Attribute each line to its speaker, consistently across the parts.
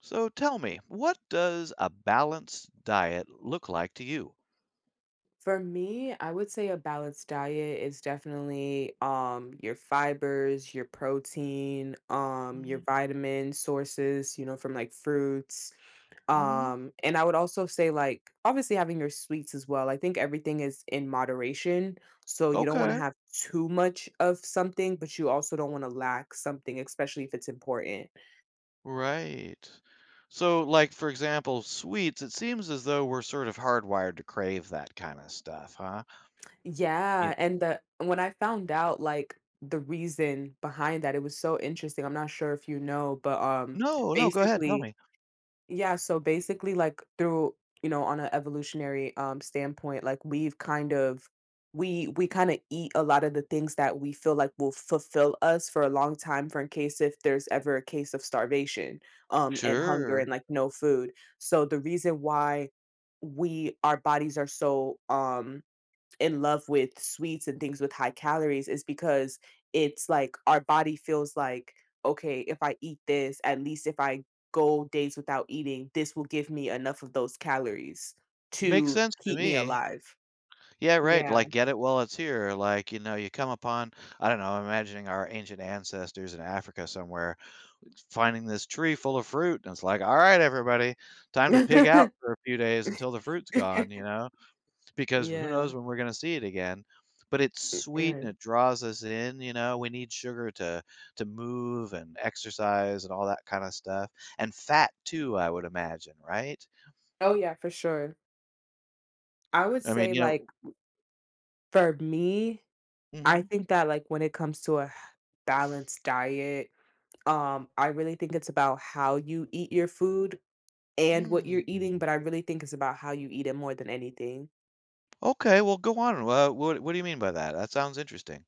Speaker 1: So tell me, what does a balanced diet look like to you?
Speaker 2: For me, I would say a balanced diet is definitely your fibers, your protein, your vitamin sources, from like fruits.
Speaker 1: Mm-hmm.
Speaker 2: And I would also say like obviously having your sweets as well. I think everything is in moderation, so you don't want to
Speaker 1: Okay.
Speaker 2: have too much of something, but you also don't want to lack something, especially if it's important.
Speaker 1: Right. So, like, for example, sweets, it seems as though we're sort of hardwired to crave that kind of stuff, huh? Yeah.
Speaker 2: Yeah, and the when I found out like the reason behind that, it was so interesting. I'm not sure if you know, but
Speaker 1: No, no, go ahead, tell
Speaker 2: basically,
Speaker 1: me.
Speaker 2: yeah, so basically like through, on an evolutionary standpoint, like we kind of eat a lot of the things that we feel like will fulfill us for a long time for in case if there's ever a case of starvation and hunger
Speaker 1: Sure.
Speaker 2: and like no food. So the reason why we our bodies are so in love with sweets and things with high calories is because it's like our body feels like, okay, if I eat this, at least if I go days without eating, this will give me enough of those calories
Speaker 1: Makes
Speaker 2: to
Speaker 1: sense to
Speaker 2: keep me
Speaker 1: me.
Speaker 2: alive.
Speaker 1: Yeah, right.
Speaker 2: Yeah.
Speaker 1: Like, get it while it's here. Like, you come upon, I don't know, I'm imagining our ancient ancestors in Africa somewhere, finding this tree full of fruit, and it's like, "All right, everybody, time to pig out for a few days until the fruit's gone," because who
Speaker 2: Yeah,
Speaker 1: knows when we're gonna see it again. But it's sweet and
Speaker 2: right.
Speaker 1: it draws us in, we need sugar to move and exercise and all that kinda stuff, and fat too, I would imagine, right?
Speaker 2: Oh, yeah, for sure. I would
Speaker 1: I mean,
Speaker 2: say,
Speaker 1: you
Speaker 2: like,
Speaker 1: know.
Speaker 2: for me, I
Speaker 1: Mhm.
Speaker 2: think that, like, when it comes to a balanced diet, I really think it's about how you eat your food and what you're
Speaker 1: Mm.
Speaker 2: eating, but I really think it's about how you eat it more than anything.
Speaker 1: Okay, well, go on. What do you mean by that? That sounds interesting.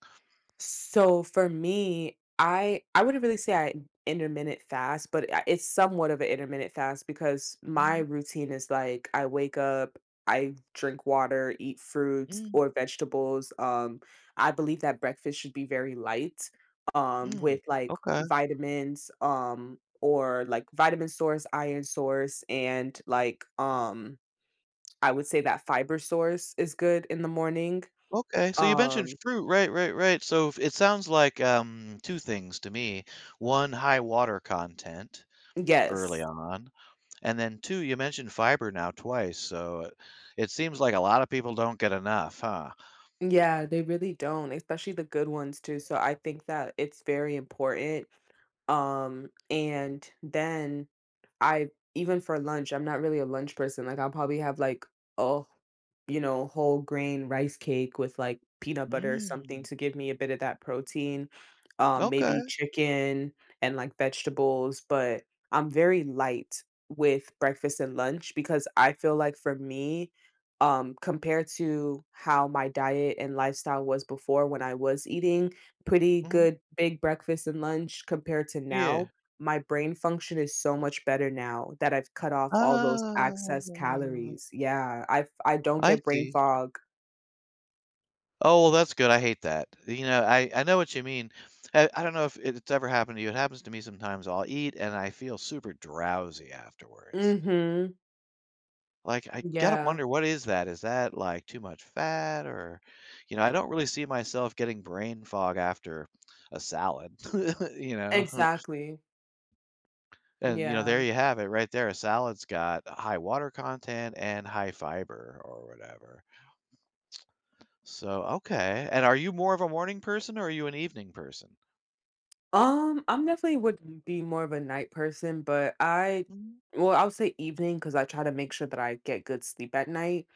Speaker 2: So for me, I wouldn't really say I intermittent fast, but it's somewhat of an intermittent fast because my
Speaker 1: Mhm.
Speaker 2: routine is like I wake up, I drink water, eat fruits
Speaker 1: Mm,
Speaker 2: or vegetables. I believe that breakfast should be very light,
Speaker 1: mm.
Speaker 2: with like
Speaker 1: Okay.
Speaker 2: vitamins, or like vitamin source, iron source, and like I would say that fiber source is good in the morning.
Speaker 1: Okay, so you mentioned
Speaker 2: Um
Speaker 1: fruit, right, right, right. So it sounds like two things to me. One, high water content early
Speaker 2: yes.
Speaker 1: on, and then two, you mentioned fiber now twice. So it seems like a lot of people don't get enough, huh?
Speaker 2: Yeah, they really don't, especially the good ones too. So I think that it's very important. And then I even for lunch, I'm not really a lunch person. Like I'll probably have like a, whole grain rice cake with like peanut butter or something
Speaker 1: Mm,
Speaker 2: to give me a bit of that protein. Maybe
Speaker 1: okay.
Speaker 2: chicken and like vegetables, but I'm very light with breakfast and lunch because I feel like for me, compared to how my diet and lifestyle was before when I was eating pretty
Speaker 1: Hmm.
Speaker 2: good big breakfast and lunch compared to
Speaker 1: Yeah.
Speaker 2: now, my brain function is so much better now that I've cut off all those
Speaker 1: Ah,
Speaker 2: excess calories. Yeah, I do not
Speaker 1: I
Speaker 2: get brain
Speaker 1: see.
Speaker 2: fog.
Speaker 1: Oh, well, that's good. I hate that. You know, I know what you mean. I don't know if it's ever happened to you. It happens to me sometimes. I'll eat and I feel super drowsy afterwards.
Speaker 2: Mhm.
Speaker 1: Like, I gotta
Speaker 2: Yeah,
Speaker 1: wonder what is that? Is that, like, too much fat or you know, I don't really see myself getting brain fog after a salad, you know?
Speaker 2: exactly.
Speaker 1: And, you know, there
Speaker 2: Yeah.
Speaker 1: you have it right there. A salad's got high water content and high fiber or whatever. So, okay. And are you more of a morning person or are you an evening person?
Speaker 2: I'm definitely would be more of a night person, but I
Speaker 1: Mm,
Speaker 2: well, I'll say evening because I try to make sure that I get good sleep at night.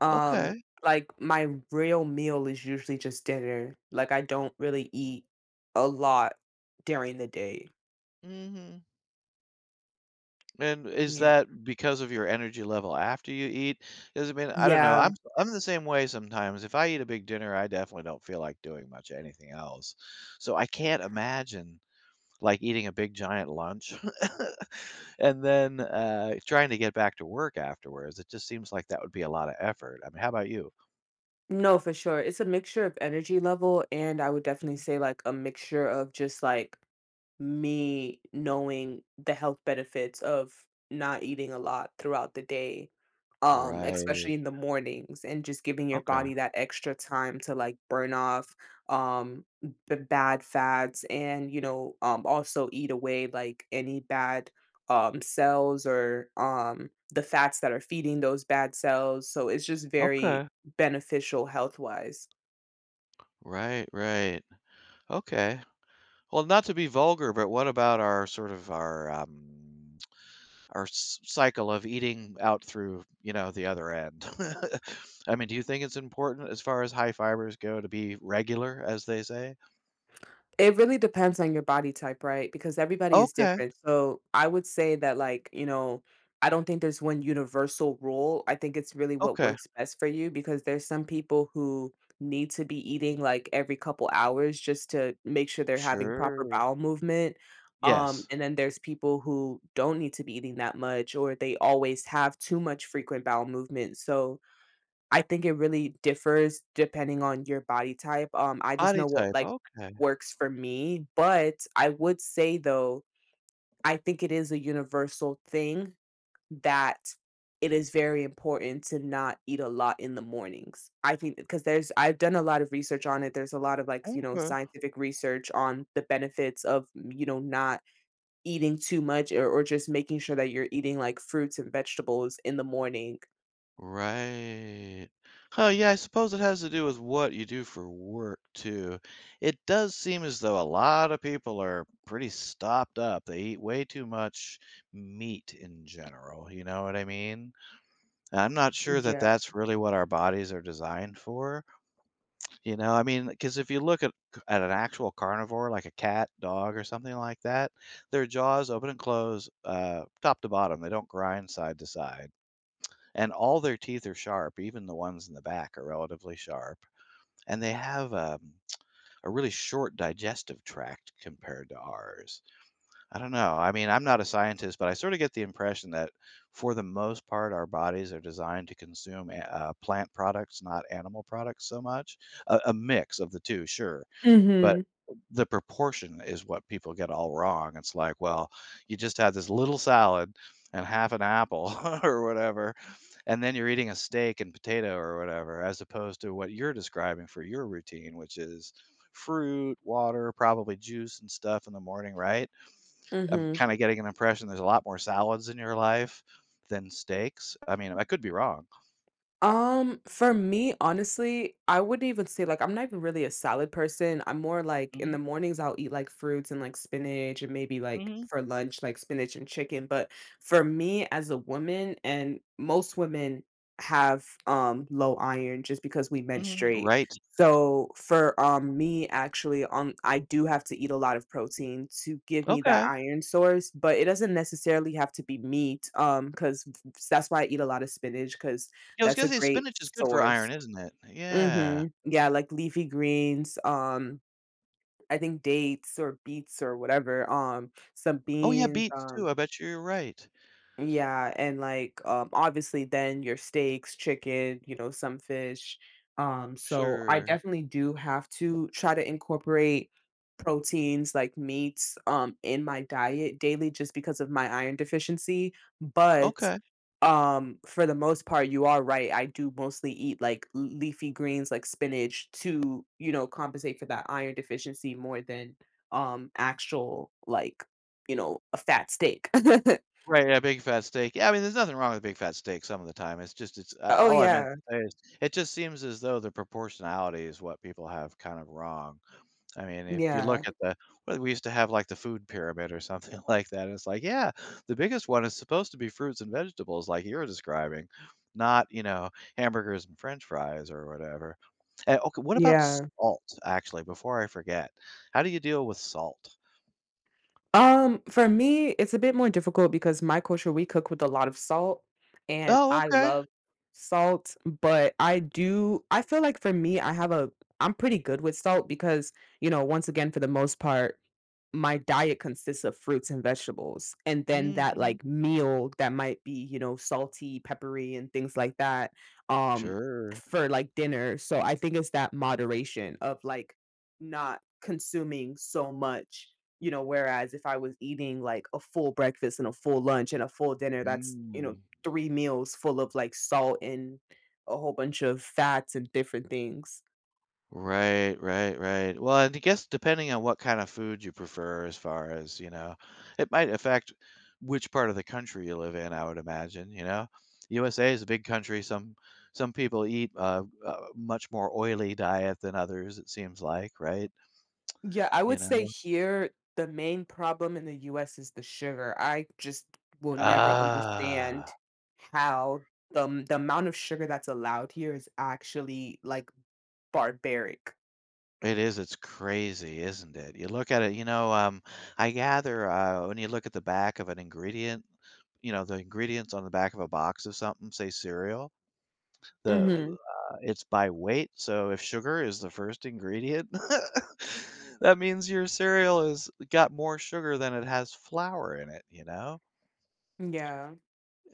Speaker 2: Um,
Speaker 1: okay.
Speaker 2: like, my real meal is usually just dinner. Like, I don't really eat a lot during the day.
Speaker 1: Mhm. And is
Speaker 2: Yeah.
Speaker 1: that because of your energy level after you eat? Does it mean I don't know.
Speaker 2: Yeah.
Speaker 1: I'm the same way sometimes. If I eat a big dinner, I definitely don't feel like doing much anything else. So I can't imagine like eating a big giant lunch and then trying to get back to work afterwards. It just seems like that would be a lot of effort. I mean, how about you?
Speaker 2: No, for sure. It's a mixture of energy level, and I would definitely say, like, a mixture of just, like, me knowing the health benefits of not eating a lot throughout the day,
Speaker 1: Right.
Speaker 2: especially in the mornings, and just giving your
Speaker 1: Okay.
Speaker 2: body that extra time to like burn off um the bad fats and also eat away like any bad cells or the fats that are feeding those bad cells. So it's just very
Speaker 1: Okay.
Speaker 2: beneficial health wise.
Speaker 1: Right, right. Okay. Well, not to be vulgar, but what about our sort of our cycle of eating out through you know the other end? I mean, do you think it's important as far as high fibers go to be regular, as they say?
Speaker 2: It really depends on your body type, right? Because everybody is
Speaker 1: Okay,
Speaker 2: different. So I would say that, like, I don't think there's one universal rule. I think it's really what
Speaker 1: okay,
Speaker 2: works best for you because there's some people who need to be eating like every couple hours just to make sure they're having proper
Speaker 1: sure.
Speaker 2: bowel movement.
Speaker 1: Yes,
Speaker 2: And then there's people who don't need to be eating that much or they always have too much frequent bowel movement. So I think it really differs depending on your body type. I just
Speaker 1: body
Speaker 2: know what
Speaker 1: type.
Speaker 2: like
Speaker 1: Okay,
Speaker 2: works for me, but I would say though, I think it is a universal thing that it is very important to not eat a lot in the mornings. I think because there's I've done a lot of research on it. There's a lot of like,
Speaker 1: okay.
Speaker 2: scientific research on the benefits of, not eating too much or just making sure that you're eating like fruits and vegetables in the morning.
Speaker 1: Right. Oh, yeah, I suppose it has to do with what you do for work, too. It does seem as though a lot of people are pretty stopped up. They eat way too much meat in general, you know what I mean? And I'm not sure that
Speaker 2: Yeah.
Speaker 1: that's really what our bodies are designed for, you know? I mean, because if you look at at an actual carnivore, like a cat, dog, or something like that, their jaws open and close, top to bottom. They don't grind side to side and all their teeth are sharp, even the ones in the back are relatively sharp, and they have a really short digestive tract compared to ours. I don't know. I mean, I'm not a scientist, but I sort of get the impression that for the most part, our bodies are designed to consume plant products, not animal products so much. A mix of the two, sure, but
Speaker 2: Mhm.
Speaker 1: the proportion is what people get all wrong. It's like, well, you just had this little salad and half an apple or whatever, and then you're eating a steak and potato or whatever, as opposed to what you're describing for your routine, which is fruit, water, probably juice and stuff in the morning, right? I'm
Speaker 2: Mhm.
Speaker 1: kind of getting an impression there's a lot more salads in your life than steaks. I mean, I could be wrong.
Speaker 2: For me, honestly, I wouldn't even say like I'm not even really a salad person. I'm more like in
Speaker 1: Mhm,
Speaker 2: the mornings I'll eat like fruits and like spinach and maybe like
Speaker 1: mhm,
Speaker 2: for lunch like spinach and chicken. But for me as a woman and most women have low iron just because we
Speaker 1: mhm.
Speaker 2: menstruate.
Speaker 1: Right.
Speaker 2: So for me actually I do have to eat a lot of protein to give me that
Speaker 1: Okay.
Speaker 2: iron source, but it doesn't necessarily have to be meat cuz that's why I eat a lot of spinach cuz
Speaker 1: Yeah, I was
Speaker 2: that's a
Speaker 1: gonna say
Speaker 2: great
Speaker 1: spinach is good for
Speaker 2: source.
Speaker 1: iron, isn't it? Yeah.
Speaker 2: Mhm. Yeah, like leafy greens, I think dates or beets or whatever, some
Speaker 1: Oh, yeah,
Speaker 2: beans,
Speaker 1: beets too, I bet you're right.
Speaker 2: yeah, and, like, obviously then your steaks, chicken, you know, some fish. So I
Speaker 1: Sure.
Speaker 2: definitely do have to try to incorporate proteins like meats, in my diet daily just because of my iron deficiency, but
Speaker 1: Okay.
Speaker 2: for the most part, you are right. I do mostly eat like l leafy greens like spinach to, compensate for that iron deficiency more than, actual, like, a fat steak.
Speaker 1: Right, yeah, big fat steak. Yeah, I mean, there's nothing wrong with big fat steak some of the time, it's just it's
Speaker 2: Oh,
Speaker 1: all I meant
Speaker 2: yeah.
Speaker 1: to say is it just seems as though the proportionality is what people have kind of wrong. I mean, if you look
Speaker 2: Yeah.
Speaker 1: at the well, we used to have, like, the food pyramid or something like that, and it's like, yeah, the biggest one is supposed to be fruits and vegetables like you're describing, not, you know, hamburgers and french fries or whatever. And, okay, what about
Speaker 2: Yeah.
Speaker 1: salt, actually, before I forget? How do you deal with salt?
Speaker 2: For me, it's a bit more difficult because my culture, we cook with a lot of salt, and
Speaker 1: Oh,
Speaker 2: I
Speaker 1: okay.
Speaker 2: love salt, but I feel like for me, I have a I'm pretty good with salt because, once again, for the most part, my diet consists of fruits and vegetables, and then
Speaker 1: Mm,
Speaker 2: that,
Speaker 1: mhm.
Speaker 2: like, meal that might be, salty, peppery, and things like that, um,
Speaker 1: Sure.
Speaker 2: for, like, dinner, so I think it's that moderation of, like, not consuming so much, whereas if I was eating, like, a full breakfast and a full lunch and a full dinner, that's,
Speaker 1: Mm.
Speaker 2: 3 meals full of, like, salt and a whole bunch of fats and different things.
Speaker 1: Right, right, right. Well, and I guess depending on what kind of food you prefer as far as, you know, it might affect which part of the country you live in, I would imagine, you know. USA is a big country. Some people eat a much more oily diet than others, it seems like, right?
Speaker 2: Yeah, I would
Speaker 1: You
Speaker 2: say
Speaker 1: know.
Speaker 2: here the main problem in the US is the sugar. I just will never understand
Speaker 1: Ah.
Speaker 2: how the amount of sugar that's allowed here is actually like barbaric.
Speaker 1: It is. It's crazy, isn't it? You look at it, you know, I gather when you look at the back of an ingredient, you know, the ingredients on the back of a box of something, say cereal, the
Speaker 2: Hmm.
Speaker 1: it's by weight. So if sugar is the first ingredient, that means your cereal has got more sugar than it has flour in it, you know?
Speaker 2: Yeah.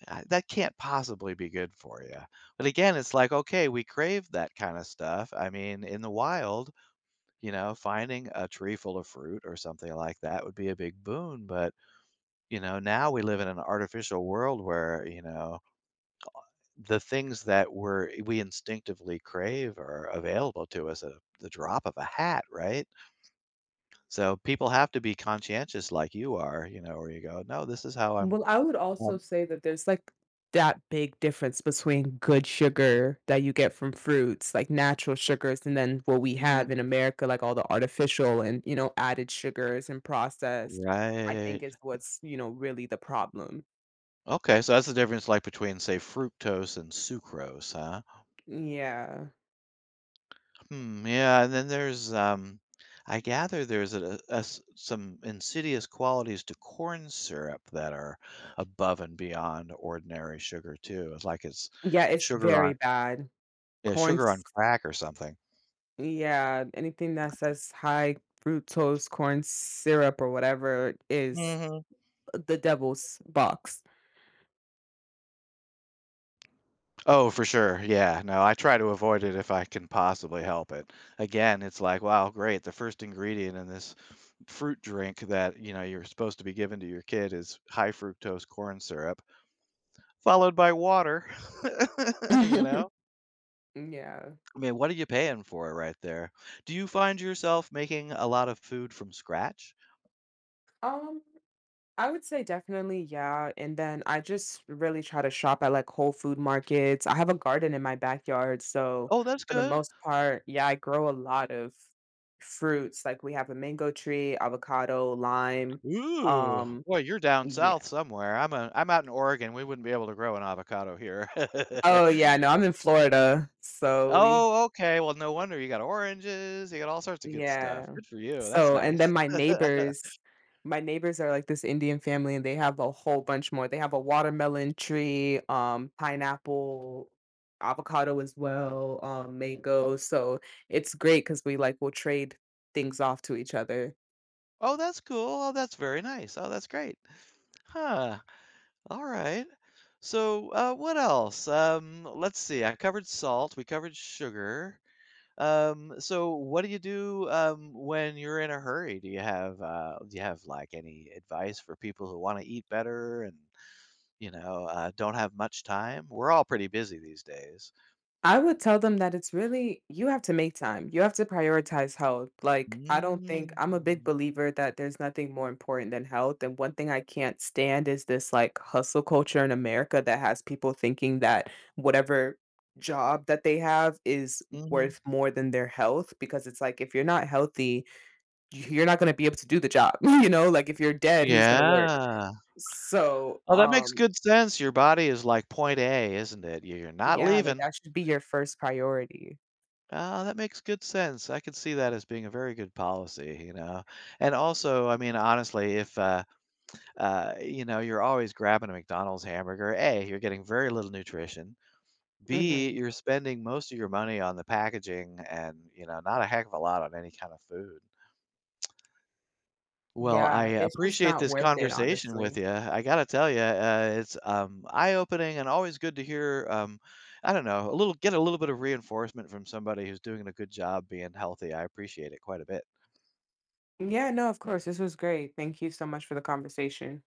Speaker 1: That can't possibly be good for you. But again, it's like, okay, we crave that kind of stuff. I mean, in the wild, you know, finding a tree full of fruit or something like that would be a big boon, but, you know, now we live in an artificial world where, you know, the things that we instinctively crave are available to us at the drop of a hat, right? So people have to be conscientious like you are, you know, where you go, "No, this is how I'm
Speaker 2: Well, I would also
Speaker 1: um"
Speaker 2: say that there's like that big difference between good sugar that you get from fruits, like natural sugars, and then what we have
Speaker 1: Mhm.
Speaker 2: in America, like all the artificial and, added sugars and processed, I think
Speaker 1: Right.
Speaker 2: is what's, really the problem.
Speaker 1: Okay, so that's the difference, like, between, say, fructose and sucrose, huh?
Speaker 2: Yeah.
Speaker 1: Hmm, yeah, and then there's I gather there's some insidious qualities to corn syrup that are above and beyond ordinary sugar too. It's like it's
Speaker 2: Yeah, it's
Speaker 1: sugar
Speaker 2: very
Speaker 1: on
Speaker 2: bad.
Speaker 1: yeah,
Speaker 2: Corn
Speaker 1: sugar on
Speaker 2: s
Speaker 1: crack or something.
Speaker 2: Yeah, anything that says high fructose corn syrup or whatever is
Speaker 1: Hmm.
Speaker 2: the devil's box.
Speaker 1: Oh, for sure. Yeah. No, I try to avoid it if I can possibly help it. Again, it's like, wow, great. The first ingredient in this fruit drink that, you know, you're supposed to be giving to your kid is high fructose corn syrup, followed by water. you know?
Speaker 2: Yeah.
Speaker 1: I mean, what are you paying for it right there? Do you find yourself making a lot of food from scratch?
Speaker 2: Um, I would say definitely, yeah. And then I just really try to shop at like Whole Food markets. I have a garden in my backyard, so
Speaker 1: Oh, that's
Speaker 2: for the
Speaker 1: good.
Speaker 2: most part, yeah, I grow a lot of fruits. Like we have a mango tree, avocado, lime.
Speaker 1: Ooh,
Speaker 2: Um,
Speaker 1: boy, you're down south somewhere. I'm out in Oregon. We wouldn't be able to grow an avocado here.
Speaker 2: Oh, yeah, no, I'm in Florida, so we
Speaker 1: oh, okay. Well, no wonder you got oranges. You got all sorts of good
Speaker 2: yeah.
Speaker 1: stuff. Good for you. That's
Speaker 2: So, and then
Speaker 1: nice.
Speaker 2: my neighbors are like this Indian family, and they have a whole bunch more. They have a watermelon tree, pineapple, avocado as well, mango, so it's great because we, like, will trade things off to each other.
Speaker 1: Oh, that's cool. Oh, that's very nice. Oh, that's great. Huh. All right. So, what else? Let's see. I covered salt. We covered sugar. So what do you do when you're in a hurry? Do you have like any advice for people who want to eat better and you know don't have much time? We're all pretty busy these days.
Speaker 2: I would tell them that it's really you have to make time. You have to prioritize health. Like, I don't think
Speaker 1: Mm.
Speaker 2: I'm a big believer that there's nothing more important than health. And one thing I can't stand is this like hustle culture in America that has people thinking that whatever job that they have is
Speaker 1: Mhm.
Speaker 2: worth more than their health because it's like if you're not healthy, you're not going to be able to do the job. Like if you're dead, who's going to work?
Speaker 1: Yeah.
Speaker 2: So,
Speaker 1: Oh, that makes good sense. Your body is like point A, isn't it? You're not
Speaker 2: yeah, like
Speaker 1: leaving.
Speaker 2: that should be your first priority.
Speaker 1: Oh, that makes good sense. I could see that as being a very good policy, you know. And also, I mean, honestly, if you know, you're always grabbing a McDonald's hamburger. A, you're getting very little nutrition. B,
Speaker 2: Mhm.
Speaker 1: you're spending most of your money on the packaging and, you know, not a heck of a lot on any kind of food. Well, I
Speaker 2: Yeah, it's just
Speaker 1: appreciate
Speaker 2: not
Speaker 1: this
Speaker 2: worth it,
Speaker 1: conversation with
Speaker 2: honestly.
Speaker 1: you. I gotta tell you, it's eye-opening and always good to hear. I don't know, a little get a little bit of reinforcement from somebody who's doing a good job being healthy. I appreciate it quite a bit.
Speaker 2: Yeah, no, of course. This was great. Thank you so much for the conversation.